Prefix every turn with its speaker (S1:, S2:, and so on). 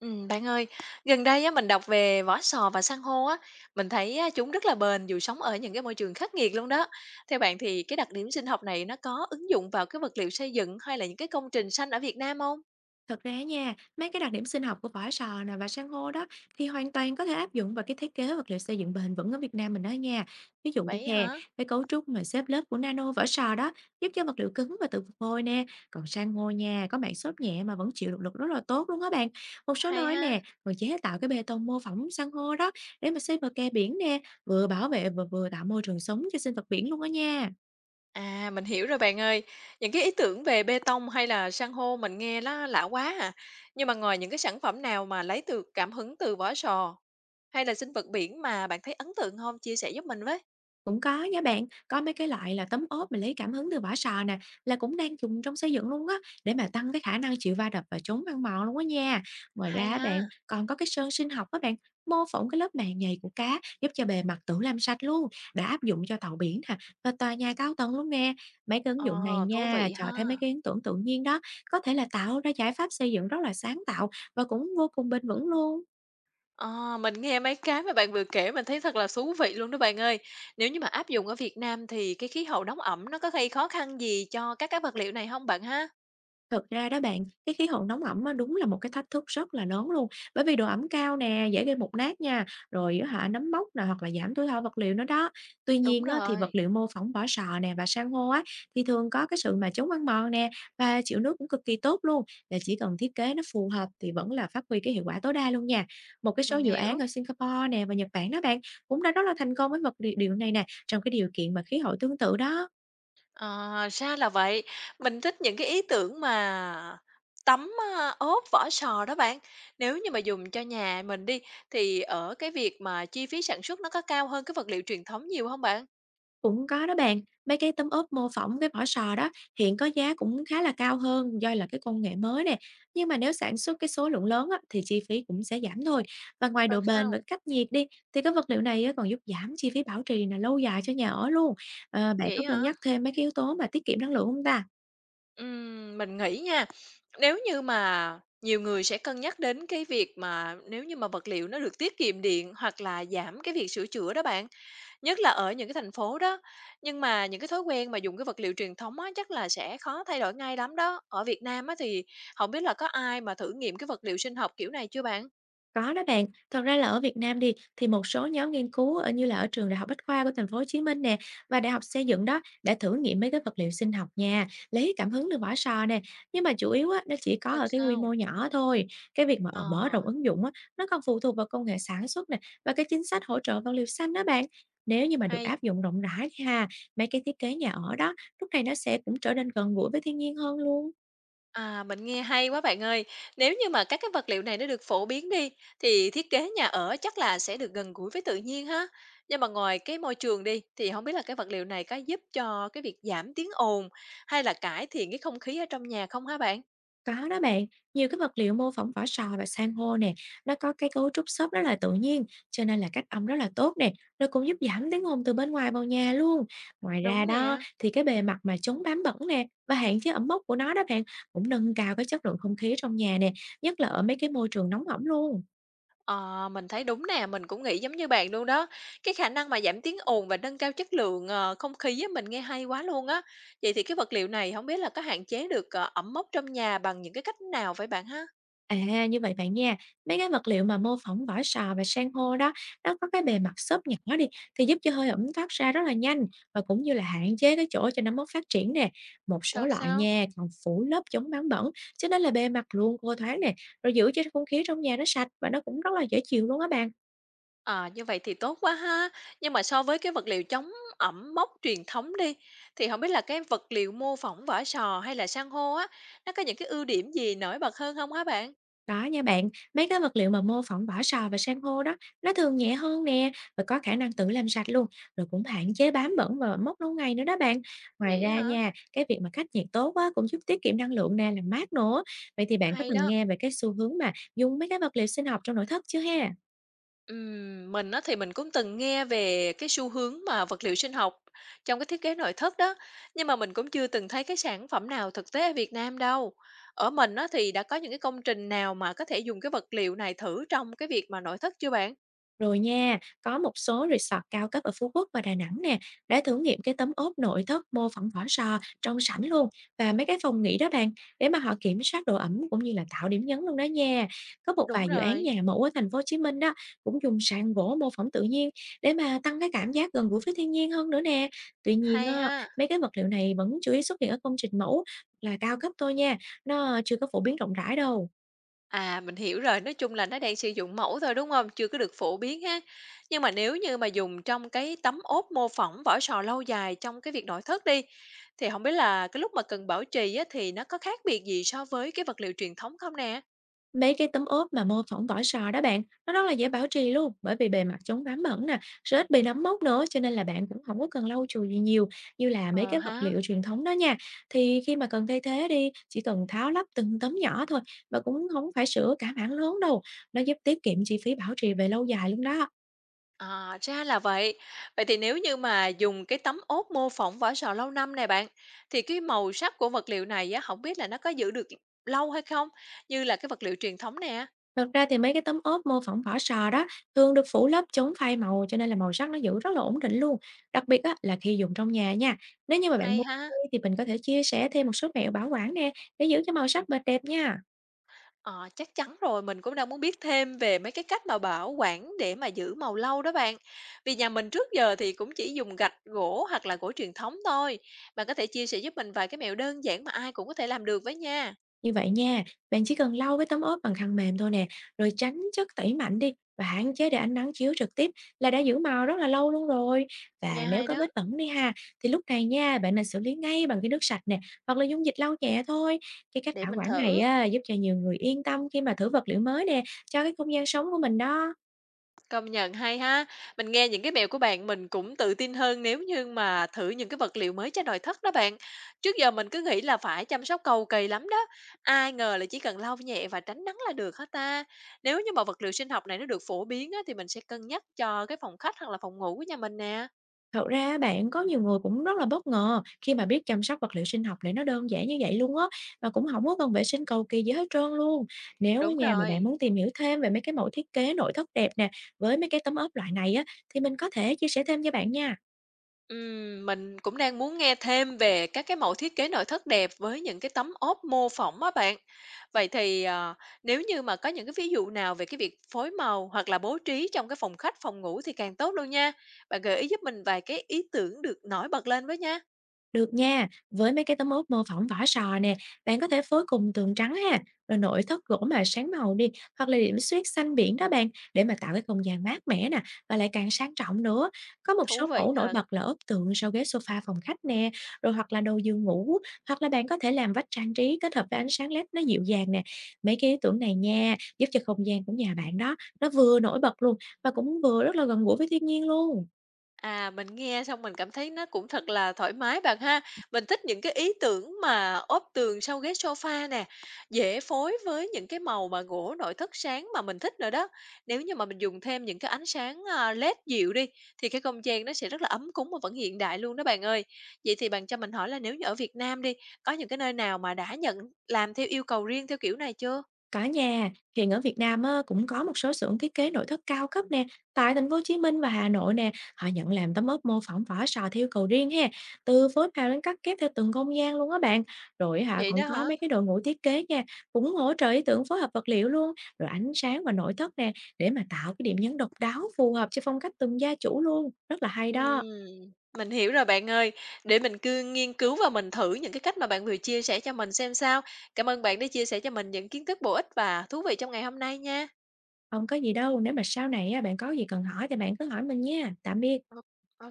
S1: Bạn ơi, gần đây á mình đọc về vỏ sò và san hô á, mình thấy á, chúng rất là bền dù sống ở những cái môi trường khắc nghiệt luôn đó. Theo bạn thì cái đặc điểm sinh học này nó có ứng dụng vào cái vật liệu xây dựng hay là những cái công trình xanh ở Việt Nam không?
S2: Thật ra nha, mấy cái đặc điểm sinh học của vỏ sò nè và san hô đó thì hoàn toàn có thể áp dụng vào cái thiết kế vật liệu xây dựng bền vững ở Việt Nam mình đó nha. Ví dụ đi
S1: Vậy
S2: hè,
S1: hả?
S2: cái cấu trúc mà xếp lớp của nano vỏ sò đó giúp cho vật liệu cứng và tự phục hồi nè. Còn san hô nha, có mạng xốp nhẹ mà vẫn chịu được lực rất là tốt luôn á bạn. Một số
S1: Hay
S2: nơi
S1: ha.
S2: nè, còn chế tạo cái bê tông mô phỏng san hô đó để mà xây bờ kè biển nè, vừa bảo vệ và vừa tạo môi trường sống cho sinh vật biển luôn đó nha.
S1: À, mình hiểu rồi bạn ơi. Những cái ý tưởng về bê tông hay là san hô mình nghe nó lạ quá à. Nhưng mà ngoài những cái sản phẩm nào mà lấy từ cảm hứng từ vỏ sò hay là sinh vật biển mà bạn thấy ấn tượng không? Chia sẻ giúp mình với.
S2: Cũng có nha bạn, có mấy cái loại là tấm ốp mình lấy cảm hứng từ vỏ sò nè, là cũng đang dùng trong xây dựng luôn á, để mà tăng cái khả năng chịu va đập và chống ăn mòn luôn á nha. Ngoài ra
S1: Hay
S2: á bạn,
S1: ha.
S2: còn có cái sơn sinh học á bạn, mô phỏng cái lớp màng nhầy của cá giúp cho bề mặt tự làm sạch luôn, đã áp dụng cho tàu biển nè và tòa nhà cao tầng luôn nè. Mấy cái ứng
S1: Ồ,
S2: dụng này
S1: thú
S2: nha,
S1: vị
S2: cho thấy mấy
S1: ha.
S2: cái ý tưởng tự nhiên đó, có thể là tạo ra giải pháp xây dựng rất là sáng tạo và cũng vô cùng bền vững luôn.
S1: Ờ, mình nghe mấy cái mà bạn vừa kể mình thấy thật là thú vị luôn đó bạn ơi. Nếu như mà áp dụng ở Việt Nam thì cái khí hậu nóng ẩm nó có gây khó khăn gì cho các cái vật liệu này không bạn ha?
S2: Thật ra đó bạn, cái khí hậu nóng ẩm á, đúng là một cái thách thức rất là lớn luôn. Bởi vì độ ẩm cao nè, dễ gây mục nát nha, rồi á hả nấm mốc nè, hoặc là giảm tuổi thọ vật liệu nữa đó. Tuy
S1: Đúng
S2: nhiên á, thì vật
S1: rồi,
S2: liệu mô phỏng vỏ sò nè và san hô á, thì thường có cái sự mà chống ăn mòn nè và chịu nước cũng cực kỳ tốt luôn. Là chỉ cần thiết kế nó phù hợp thì vẫn là phát huy cái hiệu quả tối đa luôn nha. Một cái số
S1: mình
S2: dự án
S1: hiểu.
S2: ở Singapore nè và Nhật Bản đó bạn, cũng đã rất là thành công với vật liệu điều này nè, trong cái điều kiện mà khí hậu tương tự đó.
S1: Ờ, ra là vậy. Mình thích những cái ý tưởng mà tấm, a, ốp, vỏ sò đó bạn. Nếu như mà dùng cho nhà mình đi, thì ở cái việc mà chi phí sản xuất nó có cao hơn cái vật liệu truyền thống nhiều không bạn?
S2: Cũng có đó bạn, mấy cái tấm ốp mô phỏng cái vỏ sò đó hiện có giá cũng khá là cao hơn do là cái công nghệ mới nè. Nhưng mà nếu sản xuất cái số lượng lớn á, thì chi phí cũng sẽ giảm thôi. Và ngoài độ
S1: Thật
S2: bền và
S1: sao?
S2: cách nhiệt đi thì cái vật liệu này á, còn giúp giảm chi phí bảo trì là lâu dài cho nhà ở luôn. Ờ, bạn
S1: Vậy
S2: có cân
S1: hả?
S2: nhắc thêm mấy cái yếu tố mà tiết kiệm năng lượng không ta?
S1: Mình nghĩ nha, nếu như mà nhiều người sẽ cân nhắc đến cái việc mà nếu như mà vật liệu nó được tiết kiệm điện hoặc là giảm cái việc sửa chữa đó bạn, nhất là ở những cái thành phố đó. Nhưng mà những cái thói quen mà dùng cái vật liệu truyền thống á, chắc là sẽ khó thay đổi ngay lắm đó. Ở Việt Nam á, thì không biết là có ai mà thử nghiệm cái vật liệu sinh học kiểu này chưa bạn?
S2: Có đó bạn, thật ra là ở Việt Nam đi thì một số nhóm nghiên cứu ở như là ở trường Đại học Bách khoa của thành phố Hồ Chí Minh nè và Đại học Xây dựng đó đã thử nghiệm mấy cái vật liệu sinh học nha, lấy cảm hứng từ vỏ sò nè, nhưng mà chủ yếu á nó chỉ có
S1: Thật
S2: ở cái quy
S1: sao?
S2: mô nhỏ thôi. Cái việc mà
S1: Ờ,
S2: ở mở rộng ứng dụng á, nó còn phụ thuộc vào công nghệ sản xuất nè và cái chính sách hỗ trợ vật liệu xanh đó bạn. Nếu như mà được
S1: hay.
S2: áp dụng rộng rãi thì ha, mấy cái thiết kế nhà ở đó lúc này nó sẽ cũng trở nên gần gũi với thiên nhiên hơn luôn.
S1: À, mình nghe hay quá bạn ơi. Nếu như mà các cái vật liệu này nó được phổ biến đi thì thiết kế nhà ở chắc là sẽ được gần gũi với tự nhiên ha. Nhưng mà ngoài cái môi trường đi thì không biết là cái vật liệu này có giúp cho cái việc giảm tiếng ồn hay là cải thiện cái không khí ở trong nhà không hả bạn?
S2: Có đó bạn, nhiều cái vật liệu mô phỏng vỏ sò và san hô nè, nó có cái cấu trúc xốp rất là tự nhiên, cho nên là cách âm rất là tốt nè, rồi cũng giúp giảm tiếng ồn từ bên ngoài vào nhà luôn. Ngoài ra
S1: Đúng
S2: đó
S1: nè.
S2: thì cái bề mặt mà chống bám bẩn nè và hạn chế ẩm mốc của nó đó bạn, cũng nâng cao cái chất lượng không khí trong nhà nè, nhất là ở mấy cái môi trường nóng ẩm luôn.
S1: Ờ, mình thấy đúng nè, mình cũng nghĩ giống như bạn luôn đó. Cái khả năng mà giảm tiếng ồn và nâng cao chất lượng ờ, không khí á, mình nghe hay quá luôn á. Vậy thì cái vật liệu này không biết là có hạn chế được ờ, ẩm mốc trong nhà bằng những cái cách nào vậy bạn ha?
S2: À, như vậy bạn nha, mấy cái vật liệu mà mô phỏng vỏ sò và san hô đó, nó có cái bề mặt xốp nhỏ đi thì giúp cho hơi ẩm thoát ra rất là nhanh và cũng như là hạn chế cái chỗ cho nấm mốc phát triển nè. Một số
S1: Thật
S2: loại
S1: sao?
S2: nha còn phủ lớp chống bám bẩn cho nên là bề mặt luôn khô thoáng nè, rồi giữ cho không khí trong nhà nó sạch và nó cũng rất là dễ chịu luôn á bạn.
S1: À, như vậy thì tốt quá ha. Nhưng mà so với cái vật liệu chống ẩm mốc truyền thống đi, thì không biết là cái vật liệu mô phỏng vỏ sò hay là san hô á, nó có những cái ưu điểm gì nổi bật hơn không hả bạn?
S2: Đó nha bạn, mấy cái vật liệu mà mô phỏng vỏ sò và san hô đó, nó thường nhẹ hơn nè và có khả năng tự làm sạch luôn, rồi cũng hạn chế bám bẩn và mốc lâu ngày nữa đó bạn. Ngoài
S1: Vậy
S2: ra
S1: hả?
S2: nha, cái việc mà cách nhiệt tốt á, cũng giúp tiết kiệm năng lượng nè, làm mát nữa. Vậy thì bạn có
S1: Hay
S2: từng
S1: đó.
S2: nghe về cái xu hướng mà dùng mấy cái vật liệu sinh học trong nội thất chưa ha?
S1: Mình á thì mình cũng từng nghe về cái xu hướng mà vật liệu sinh học trong cái thiết kế nội thất đó, nhưng mà mình cũng chưa từng thấy cái sản phẩm nào thực tế ở Việt Nam đâu. Ở mình á thì đã có những cái công trình nào mà có thể dùng cái vật liệu này thử trong cái việc mà nội thất chưa bạn?
S2: Rồi nha, có một số resort cao cấp ở Phú Quốc và Đà Nẵng nè, đã thử nghiệm cái tấm ốp nội thất mô phỏng vỏ sò trong sảnh luôn và mấy cái phòng nghỉ đó bạn, để mà họ kiểm soát độ ẩm cũng như là tạo điểm nhấn luôn đó nha. Có một
S1: Đúng
S2: vài dự án
S1: rồi,
S2: nhà mẫu ở thành phố Hồ Chí Minh đó cũng dùng sàn gỗ mô phỏng tự nhiên để mà tăng cái cảm giác gần gũi với thiên nhiên hơn nữa nè. Tuy nhiên á,
S1: hay ha.
S2: mấy cái vật liệu này vẫn chủ yếu xuất hiện ở công trình mẫu là cao cấp thôi nha, nó chưa có phổ biến rộng rãi đâu.
S1: À, mình hiểu rồi, nói chung là nó đang sử dụng mẫu thôi, đúng không? Chưa có được phổ biến ha. Nhưng mà nếu như mà dùng trong cái tấm ốp mô phỏng vỏ sò lâu dài trong cái việc nội thất đi, thì không biết là cái lúc mà cần bảo trì á, thì nó có khác biệt gì so với cái vật liệu truyền thống không nè?
S2: Mấy cái tấm ốp mà mô phỏng vỏ sò đó bạn, nó rất là dễ bảo trì luôn, bởi vì bề mặt chống bám bẩn nè, rồi ít bị nấm mốc nữa, cho nên là bạn cũng không có cần lau chùi gì nhiều, như là mấy
S1: Ờ
S2: cái vật
S1: ha.
S2: liệu truyền thống đó nha. Thì khi mà cần thay thế đi, chỉ cần tháo lắp từng tấm nhỏ thôi, và cũng không phải sửa cả mảng lớn đâu, nó giúp tiết kiệm chi phí bảo trì về lâu dài luôn đó.
S1: À, ra là vậy. Vậy thì nếu như mà dùng cái tấm ốp mô phỏng vỏ sò lâu năm này bạn, thì cái màu sắc của vật liệu này á, hổng biết là nó có giữ được lâu hay không? Như là cái vật liệu truyền thống nè.
S2: Thật ra thì mấy cái tấm ốp mô phỏng vỏ sò đó thường được phủ lớp chống phai màu cho nên là màu sắc nó giữ rất là ổn định luôn. Đặc biệt á, là khi dùng trong nhà nha. Nếu như mà bạn
S1: Hay
S2: muốn
S1: ha.
S2: thì mình có thể chia sẻ thêm một số mẹo bảo quản nè, để giữ cho màu sắc bệt đẹp nha.
S1: Ờ, chắc chắn rồi, mình cũng đang muốn biết thêm về mấy cái cách mà bảo quản để mà giữ màu lâu đó bạn. Vì nhà mình trước giờ thì cũng chỉ dùng gạch, gỗ hoặc là gỗ truyền thống thôi. Bạn có thể chia sẻ giúp mình vài cái mẹo đơn giản mà ai cũng có thể làm được với nha.
S2: Như vậy nha, bạn chỉ cần lau với tấm ốp bằng khăn mềm thôi nè, rồi tránh chất tẩy mạnh đi và hạn chế để ánh nắng chiếu trực tiếp là đã giữ màu rất là lâu luôn rồi. Và
S1: Nghe
S2: nếu
S1: hay
S2: có
S1: đó.
S2: vết bẩn đi ha, thì lúc này nha, bạn nên xử lý ngay bằng cái nước sạch nè, hoặc là dung dịch lau nhẹ thôi. Cái cách
S1: Để
S2: bảo
S1: mình
S2: quản này
S1: thử.
S2: á, giúp cho nhiều người yên tâm khi mà thử vật liệu mới nè, cho cái không gian sống của mình đó.
S1: Công nhận hay ha. Mình nghe những cái mẹo của bạn mình cũng tự tin hơn nếu như mà thử những cái vật liệu mới cho nội thất đó bạn. Trước giờ mình cứ nghĩ là phải chăm sóc cầu kỳ lắm đó. Ai ngờ là chỉ cần lau nhẹ và tránh nắng là được hết ta. Nếu như mà vật liệu sinh học này nó được phổ biến á, thì mình sẽ cân nhắc cho cái phòng khách hoặc là phòng ngủ của nhà mình nè.
S2: Thật ra á bạn, có nhiều người cũng rất là bất ngờ khi mà biết chăm sóc vật liệu sinh học lại nó đơn giản như vậy luôn á, và cũng không có cần vệ sinh cầu kỳ gì hết trơn luôn. Nếu ở
S1: Đúng
S2: nhà mà bạn
S1: rồi.
S2: muốn tìm hiểu thêm về mấy cái mẫu thiết kế nội thất đẹp nè, với mấy cái tấm ốp loại này á, thì mình có thể chia sẻ thêm cho bạn nha.
S1: Mình cũng đang muốn nghe thêm về các cái mẫu thiết kế nội thất đẹp với những cái tấm ốp mô phỏng á bạn. Vậy thì, ờ, nếu như mà có những cái ví dụ nào về cái việc phối màu hoặc là bố trí trong cái phòng khách, phòng ngủ thì càng tốt luôn nha. Bạn gợi ý giúp mình vài cái ý tưởng được nổi bật lên với nha.
S2: Được nha, với mấy cái tấm ốp mô phỏng vỏ sò nè, bạn có thể phối cùng tường trắng ha, rồi nội thất gỗ mà sáng màu đi, hoặc là điểm xuyết xanh biển đó bạn, để mà tạo cái không gian mát mẻ nè, và lại càng sang trọng nữa. Có một
S1: Thú
S2: số
S1: vị
S2: mẫu nổi
S1: thật.
S2: bật là ốp tượng sau ghế sofa phòng khách nè, rồi hoặc là đầu giường ngủ, hoặc là bạn có thể làm vách trang trí kết hợp với ánh sáng led nó dịu dàng nè. Mấy cái ý tưởng này nha, giúp cho không gian của nhà bạn đó, nó vừa nổi bật luôn, và cũng vừa rất là gần gũi với thiên nhiên luôn.
S1: À, mình nghe xong mình cảm thấy nó cũng thật là thoải mái bạn ha. Mình thích những cái ý tưởng mà ốp tường sau ghế sofa nè, dễ phối với những cái màu mà gỗ nội thất sáng mà mình thích nữa đó. Nếu như mà mình dùng thêm những cái ánh sáng à, LED dịu đi thì cái không gian nó sẽ rất là ấm cúng và vẫn hiện đại luôn đó bạn ơi. Vậy thì bạn cho mình hỏi là nếu như ở Việt Nam đi, có những cái nơi nào mà đã nhận làm theo yêu cầu riêng theo kiểu này chưa?
S2: Có nha, hiện ở Việt Nam á, cũng có một số xưởng thiết kế nội thất cao cấp nè, tại thành phố Hồ Chí Minh và Hà Nội nè, họ nhận làm tấm ốp mô phỏng vỏ sò theo cầu riêng ha, từ phối màu đến cắt ghép theo từng không gian luôn á bạn. Rồi hả
S1: Vậy
S2: cũng
S1: đó
S2: có
S1: hả?
S2: mấy cái đội ngũ thiết kế nha, cũng hỗ trợ ý tưởng phối hợp vật liệu luôn, rồi ánh sáng và nội thất nè, để mà tạo cái điểm nhấn độc đáo phù hợp cho phong cách từng gia chủ luôn, rất là hay
S1: Ừm,
S2: đó.
S1: mình hiểu rồi bạn ơi. Để mình cứ nghiên cứu và mình thử những cái cách mà bạn vừa chia sẻ cho mình xem sao. Cảm ơn bạn đã chia sẻ cho mình những kiến thức bổ ích và thú vị trong ngày hôm nay nha.
S2: Không có gì đâu, nếu mà sau này á, bạn có gì cần hỏi thì bạn cứ hỏi mình nha. Tạm biệt.
S1: Ô ô.